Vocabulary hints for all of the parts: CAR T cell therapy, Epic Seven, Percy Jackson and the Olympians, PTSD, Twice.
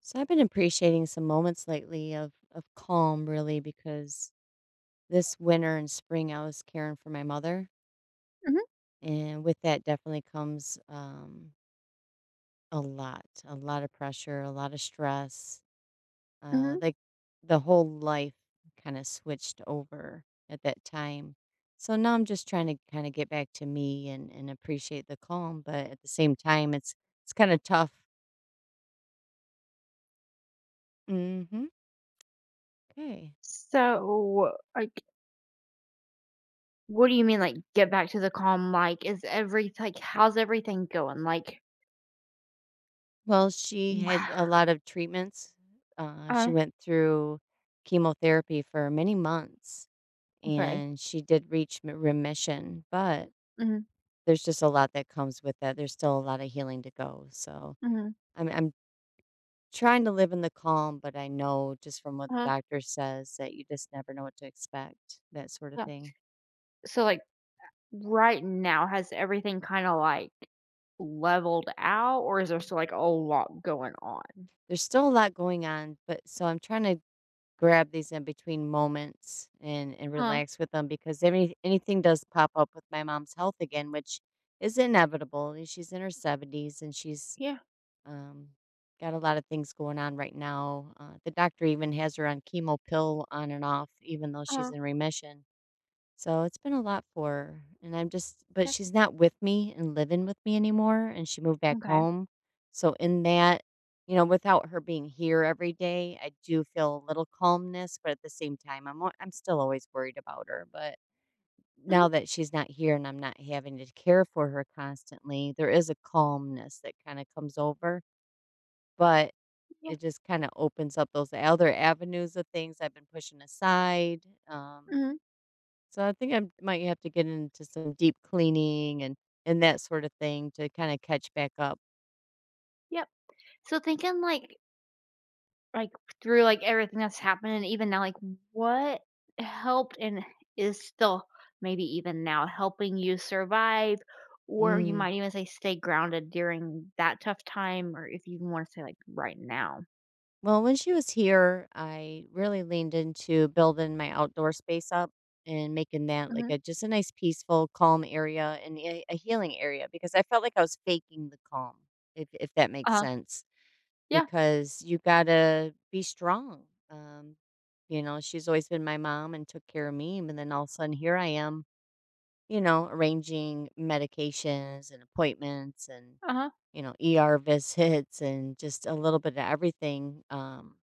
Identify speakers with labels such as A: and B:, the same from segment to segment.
A: So I've been appreciating some moments lately of calm really, because this winter and spring I was caring for my mother,
B: Mhm,
A: and with that definitely comes a lot of pressure, a lot of stress.
B: mhm.
A: Like the whole life kind of switched over at that time. So now I'm just trying to kind of get back to me, and appreciate the calm, but at the same time it's kind of tough. Mhm. Okay.
B: So, like, what do you mean, like, get back to the calm? Like, is every like, how's everything going? Like,
A: Well, she had a
B: wh-
A: lot of treatments. She
B: uh,
A: went through chemotherapy for many months
B: okay.
A: and she did reach remission, but
B: Mhm,
A: there's just a lot that comes with that. There's still a lot of healing to go. So
B: mhm,
A: I'm trying to live in the calm, but I know just from what the
B: uh-huh,
A: doctor says that you just never know what to expect, that sort of
B: yeah.
A: thing.
B: So, like, right now, has everything kind of like leveled out, or is there still like a lot going on?
A: There's still a lot going on, but so I'm trying to grab these in between moments and
B: Huh?
A: relax with them, because anything does pop up with my mom's health again, which is inevitable. And she's in her 70s and she's
B: Yeah.
A: um, got a lot of things going on right now. The doctor even has her on chemo pill on and off, even though she's
B: Uh.
A: in remission. So it's been a lot for her, and I'm just, but
B: Yeah.
A: she's not with me and living with me anymore, and she moved back
B: Okay.
A: home. So in that, you know, without her being here every day, I do feel a little calmness, but at the same time, I'm still always worried about her. But
B: Mhm,
A: now that she's not here and I'm not having to care for her constantly, there is a calmness that kind of comes over, but
B: yeah.
A: it just kind of opens up those other avenues of things I've been pushing aside.
B: Mhm.
A: So I think I might have to get into some deep cleaning and that sort of thing to kind of catch back up.
B: Yep. So thinking like, through, like, everything that's happened and even now, like, what helped and is still maybe even now helping you survive, or you
A: Mm.
B: might even say stay grounded during that tough time, or if you even wanna say, like, right now.
A: Well, when she was here, I really leaned into building my outdoor space up and making that like
B: Mhm.
A: a just a nice peaceful, calm area and a healing area, because I felt like I was faking the calm, if that makes
B: Uh-huh.
A: sense.
B: Yeah.
A: Because you gotta be strong. Um, you know, she's always been my mom and took care of me, and then all of a sudden here I am, you know, arranging medications and appointments and,
B: Uh-huh.
A: you know, ER visits and just a little bit of everything.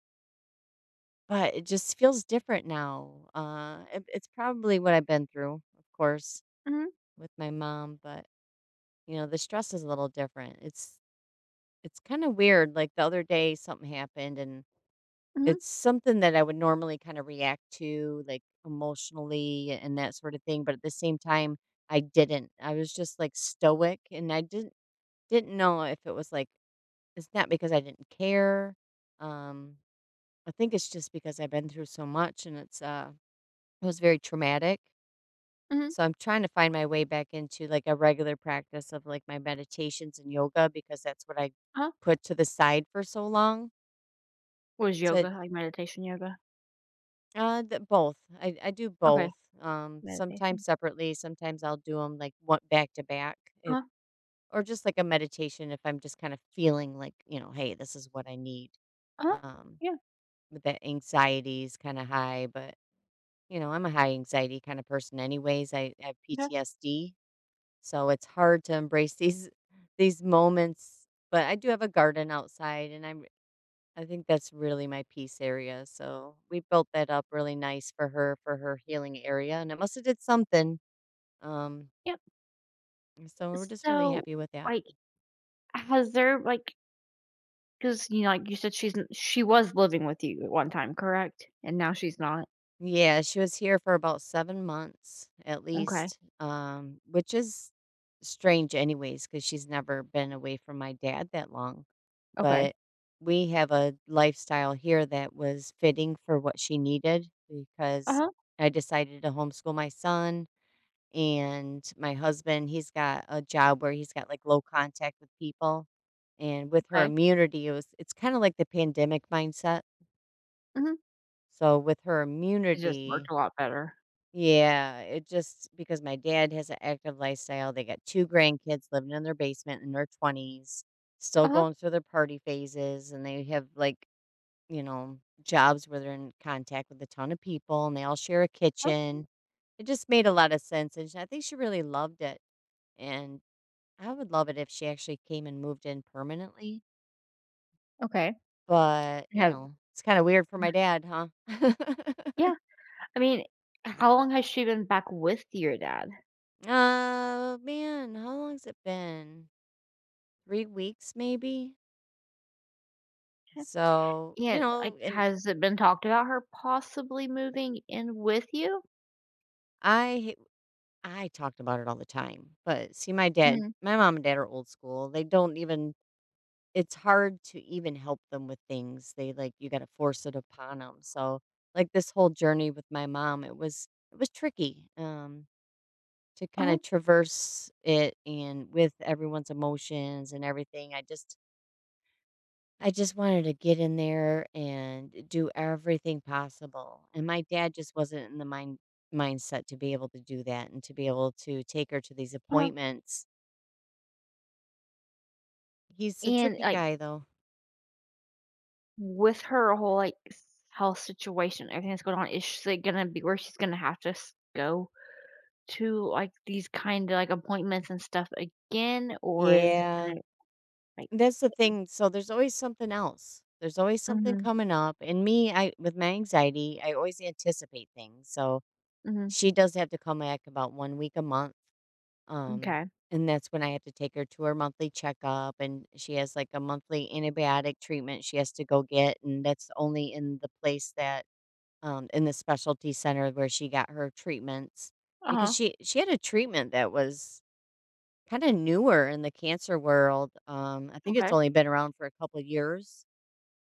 A: But it just feels different now. It's probably what I've been through, of course,
B: Mhm.
A: with my mom, but, you know, the stress is a little different. It's kind of weird. Like the other day, something happened and
B: Mhm.
A: it's something that I would normally kind of react to, like emotionally and that sort of thing. But at the same time, I didn't. I was just like stoic and I didn't. Didn't know if it was, like, it's not because I didn't care, um, I think it's just because I've been through so much and it's it was very traumatic,
B: Mhm.
A: so I'm trying to find my way back into, like, a regular practice of, like, my meditations and yoga, because that's what I
B: Uh-huh.
A: put to the side for so long.
B: Was
A: To
B: yoga, like, meditation yoga?
A: the both. I do
B: Okay.
A: both, sometimes
B: Meditation.
A: separately, sometimes I'll do them like, one back to back, if
B: Uh-huh.
A: or just like a meditation if I'm just kinda feeling like, you know, "Hey, this is what I need."
B: Uh-huh.
A: Um
B: Yeah.
A: with that, anxiety is kinda high, but, you know, I'm a high anxiety kinda person anyways, I have
B: Okay.
A: PTSD, so it's hard to embrace these moments, but I do have a garden outside, and I think that's really my peace area, so we built that up really nice for her, for her healing area, and it must've did something, um,
B: Yeah.
A: so we're just really
B: So,
A: happy with that.
B: like, has there, like 'cause, like you said, she was living with you at one time, correct? And now she's not?
A: Yeah, she was here for about 7 months at
B: Okay,
A: least, which is strange anyways, because she's never been away from my dad that long,
B: okay.
A: but we have a lifestyle here that was fitting for what she needed, because
B: Uh-huh,
A: I decided to homeschool my son, and my husband, he's got a job where he's got, like, low contact with people, and with her
B: okay.
A: immunity, it's kinda like the pandemic mindset.
B: Mhm.
A: So with her
B: It just worked
A: immunity,
B: a lot better.
A: yeah, it just, because my dad has an active lifestyle. They got 2 grandkids living in their basement in their 20s,
B: Uh
A: still
B: huh. Uh-huh,
A: going through their party phases, and they have, like, you know, jobs where they're in contact with a ton of people, and they all share a
B: uh-huh,
A: kitchen. It just made a lot of sense, and I think she really loved it, and I would love it if she actually came and moved in permanently,
B: okay.
A: but, you
B: Have
A: know, it's kinda weird for my dad, huh?
B: Yeah, I mean, how long has she been back with your dad?
A: Man, how long's it been? 3 weeks, maybe? So, you
B: Yeah, like,
A: know, and
B: has it been talked about her possibly moving in with you?
A: I I talked about it all the time. But see my dad,
B: Mhm.
A: my mom and dad are old school. They don't even, it's hard to even help them with things. They, like, you got to force it upon them. So, like this whole journey with my mom, it was tricky, to kind
B: Uh-huh,
A: of traverse it and with everyone's emotions and everything. I just wanted to get in there and do everything possible. And my dad just wasn't in the mindset to be able to do that and to be able to take her to these
B: uh-huh.
A: appointments. He's a
B: And,
A: tricky
B: like,
A: guy though.
B: with her whole, like, s health situation, everything that's going on, is she gonna be where she's gonna have to s go? To, like, these kind of, like, appointments and stuff again, or is it
A: Yeah.
B: gonna, like
A: That's the
B: is
A: thing. So there's always something else. There's always something
B: mhm,
A: coming up. And me, I with my anxiety, I always anticipate things. So
B: mhm,
A: she does have to come back about 1 week a month. Um,
B: m'kay.
A: and that's when I had to take her to her monthly checkup, and she has, like, a monthly antibiotic treatment she has to go get, and that's only in the place that, in the specialty center where she got her treatments. Because
B: Uh-huh,
A: she had a treatment that was kinda newer in the cancer world, I think it's
B: okay,
A: only been around for a couple of years,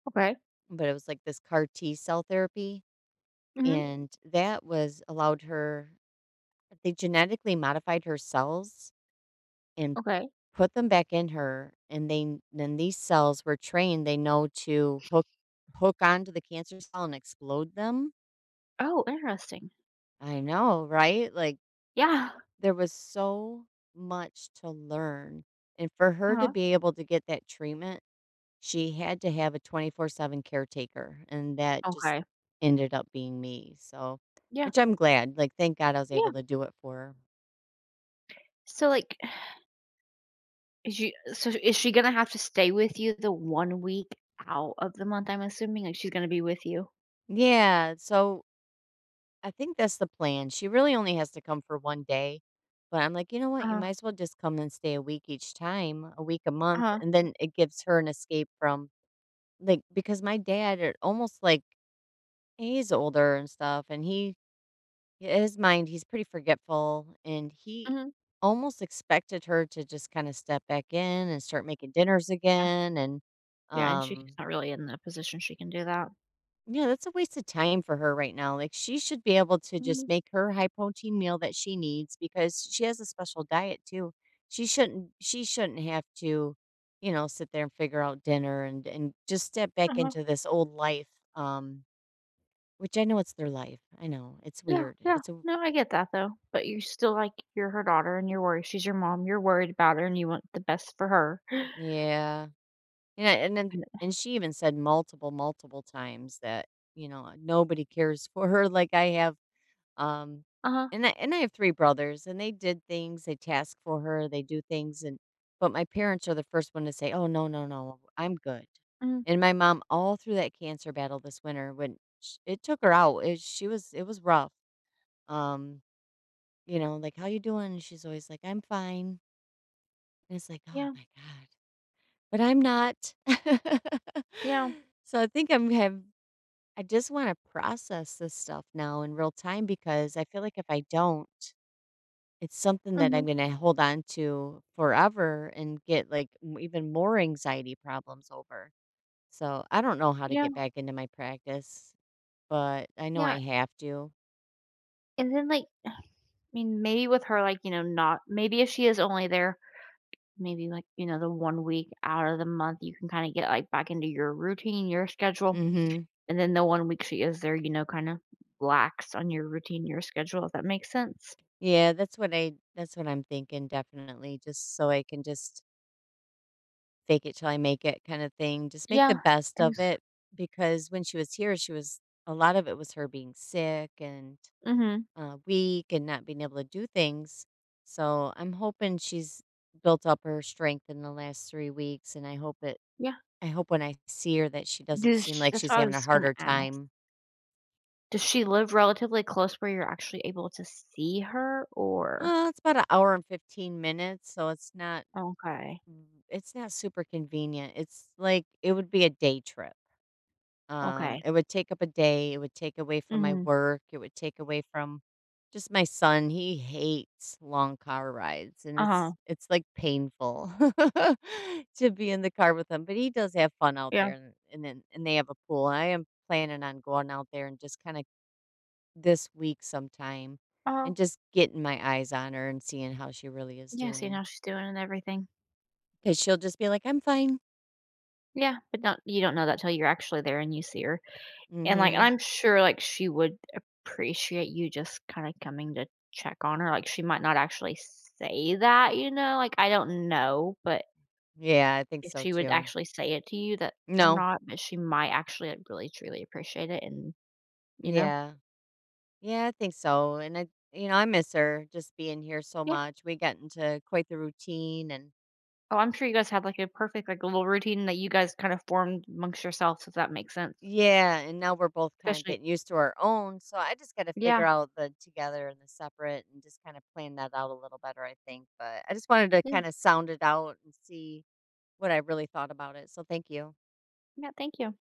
B: okay,
A: but it was, like, this CAR T cell therapy,
B: mhm,
A: and that was allowed her, they genetically modified her cells and
B: okay.
A: put them back in her, and they then these cells were trained, they know to hook onto the cancer cell and explode them.
B: Oh, interesting.
A: I know, right? Like,
B: Yeah,
A: there was so much to learn, and for her to
B: uh-huh,
A: be able to get that treatment, she had to have a 24/7 caretaker, and that just
B: okay.
A: ended up being me, so,
B: Yeah,
A: which I'm glad, like, thank God I was able
B: yeah.
A: to do it for her.
B: So, like, is she gonna have to stay with you the one week out of the month, I'm assuming? Like, she's gonna be with you?
A: Yeah, so I think that's the plan. She really only has to come for 1 day. But I'm like, you know what? You
B: Uh-huh,
A: might as well just come and stay a week each time, a week, a month.
B: uh-huh,
A: And then it gives her an escape from, like, because my dad, are almost like, he's older and stuff. And he, his mind, he's pretty forgetful. And he
B: mhm,
A: almost expected her to just kind of step back in and start making dinners
B: yeah,
A: again. And,
B: yeah, and she's
A: um,
B: not really in the position she can do that.
A: yeah, that's a waste of time for her right now. Like, she should be able to just
B: Mhm,
A: make her high protein meal that she needs, because she has a special diet too. She shouldn't have to, you know, sit there and figure out dinner and just step back
B: uh-huh.
A: into this old life. Um, which I know it's their life. I know. It's
B: Yeah,
A: weird.
B: yeah.
A: It's a,
B: No, I get that though. But you still like you're her daughter and you're worried. She's your mom. You're worried about her and you want the best for her.
A: yeah. Yeah, and then
B: And
A: and she even said multiple, multiple times that, you know, nobody cares for her like I have. Um,
B: Uh-huh.
A: and I have 3 brothers, and they did things, they task for her, they do things, and but my parents are the first one to say, "Oh, no, no, no, I'm good."
B: Mm,
A: And my mom, all through that cancer battle this winter, when sh it took her out, it she was, it was rough. Um, you know, like, "How you doing?" And she's always like, "I'm fine." And it's like, "Oh
B: yeah.
A: my god," but I'm not.
B: Yeah.
A: So, I think I just wanna process this stuff now in real time, because I feel like if I don't, it's something that
B: Hmm.
A: I'm gonna hold on to forever and get, like, m even more anxiety problems over. So, I don't know how to
B: Yeah.
A: get back into my practice, but I know
B: Yeah.
A: I have to.
B: And then like I mean maybe with her like, not maybe if she is only there maybe like, the one week out of the month you can kind of get like back into your routine, your schedule.
A: Mhm.
B: And then the one week she is there, kind of lax on your routine, your schedule, if that makes sense.
A: Yeah, that's what I'm thinking definitely, just so I can just fake it till I make it kinda thing. Just make the
B: Yeah.
A: best of it, because when she was here, she was a lot of it was her being sick and
B: Mm-hmm.
A: weak and not being able to do things. So I'm hoping she's built up her strength in the last 3 weeks, and I hope it.
B: Yeah.
A: I hope when I see her that she doesn't
B: Does
A: seem
B: sh
A: like
B: That's
A: she's
B: what I
A: having a
B: was gonna
A: harder
B: ask.
A: time.
B: Does she live relatively close where you're actually able to see her or
A: It's about an hour and 15 minutes, so it's not.
B: Okay,
A: It's not super convenient. It's like it would be a day trip.
B: okay.
A: It would take up a day, it would take away from my
B: Mhm.
A: work, it would take away from just my son, he hates long car rides and
B: Uh-huh.
A: it's like painful to be in the car with him, but he does have fun out there
B: Yeah.
A: and then and they have a pool. I am planning on going out there and just kind of this week sometime
B: Uh-huh.
A: and just getting my eyes on her and seeing how she really is
B: Yeah, see
A: doing.
B: how she's doing and everything.
A: Cause she'll just be like, I'm fine.
B: Yeah, but not you don't know that till you're actually there and you see her. And, like,
A: Mm-hmm.
B: I'm sure, like, she would appreciate you just kinda coming to check on her, like, she might not actually say that, you know? Like, I don't know, but
A: Yeah, I think
B: if
A: so
B: she would
A: too.
B: actually say it to you that or
A: No.
B: not, but she might actually, like, really truly appreciate it and you know?
A: Yeah. Yeah, I think so, and I you know, I miss her just being here so
B: Yeah.
A: much. We got into quite the routine, and
B: Oh, I'm sure you guys had, like, a perfect, like, little routine that you guys kind of formed amongst yourselves, if that makes sense,
A: yeah, and now we're both kind of
B: especially
A: getting used to our own, so I just got to figure
B: yeah.
A: out the together and the separate and just kind of plan that out a little better, I think, but I just wanted to
B: Yeah.
A: kind of sound it out and see what I really thought about it. So thank you.
B: Yeah, thank you.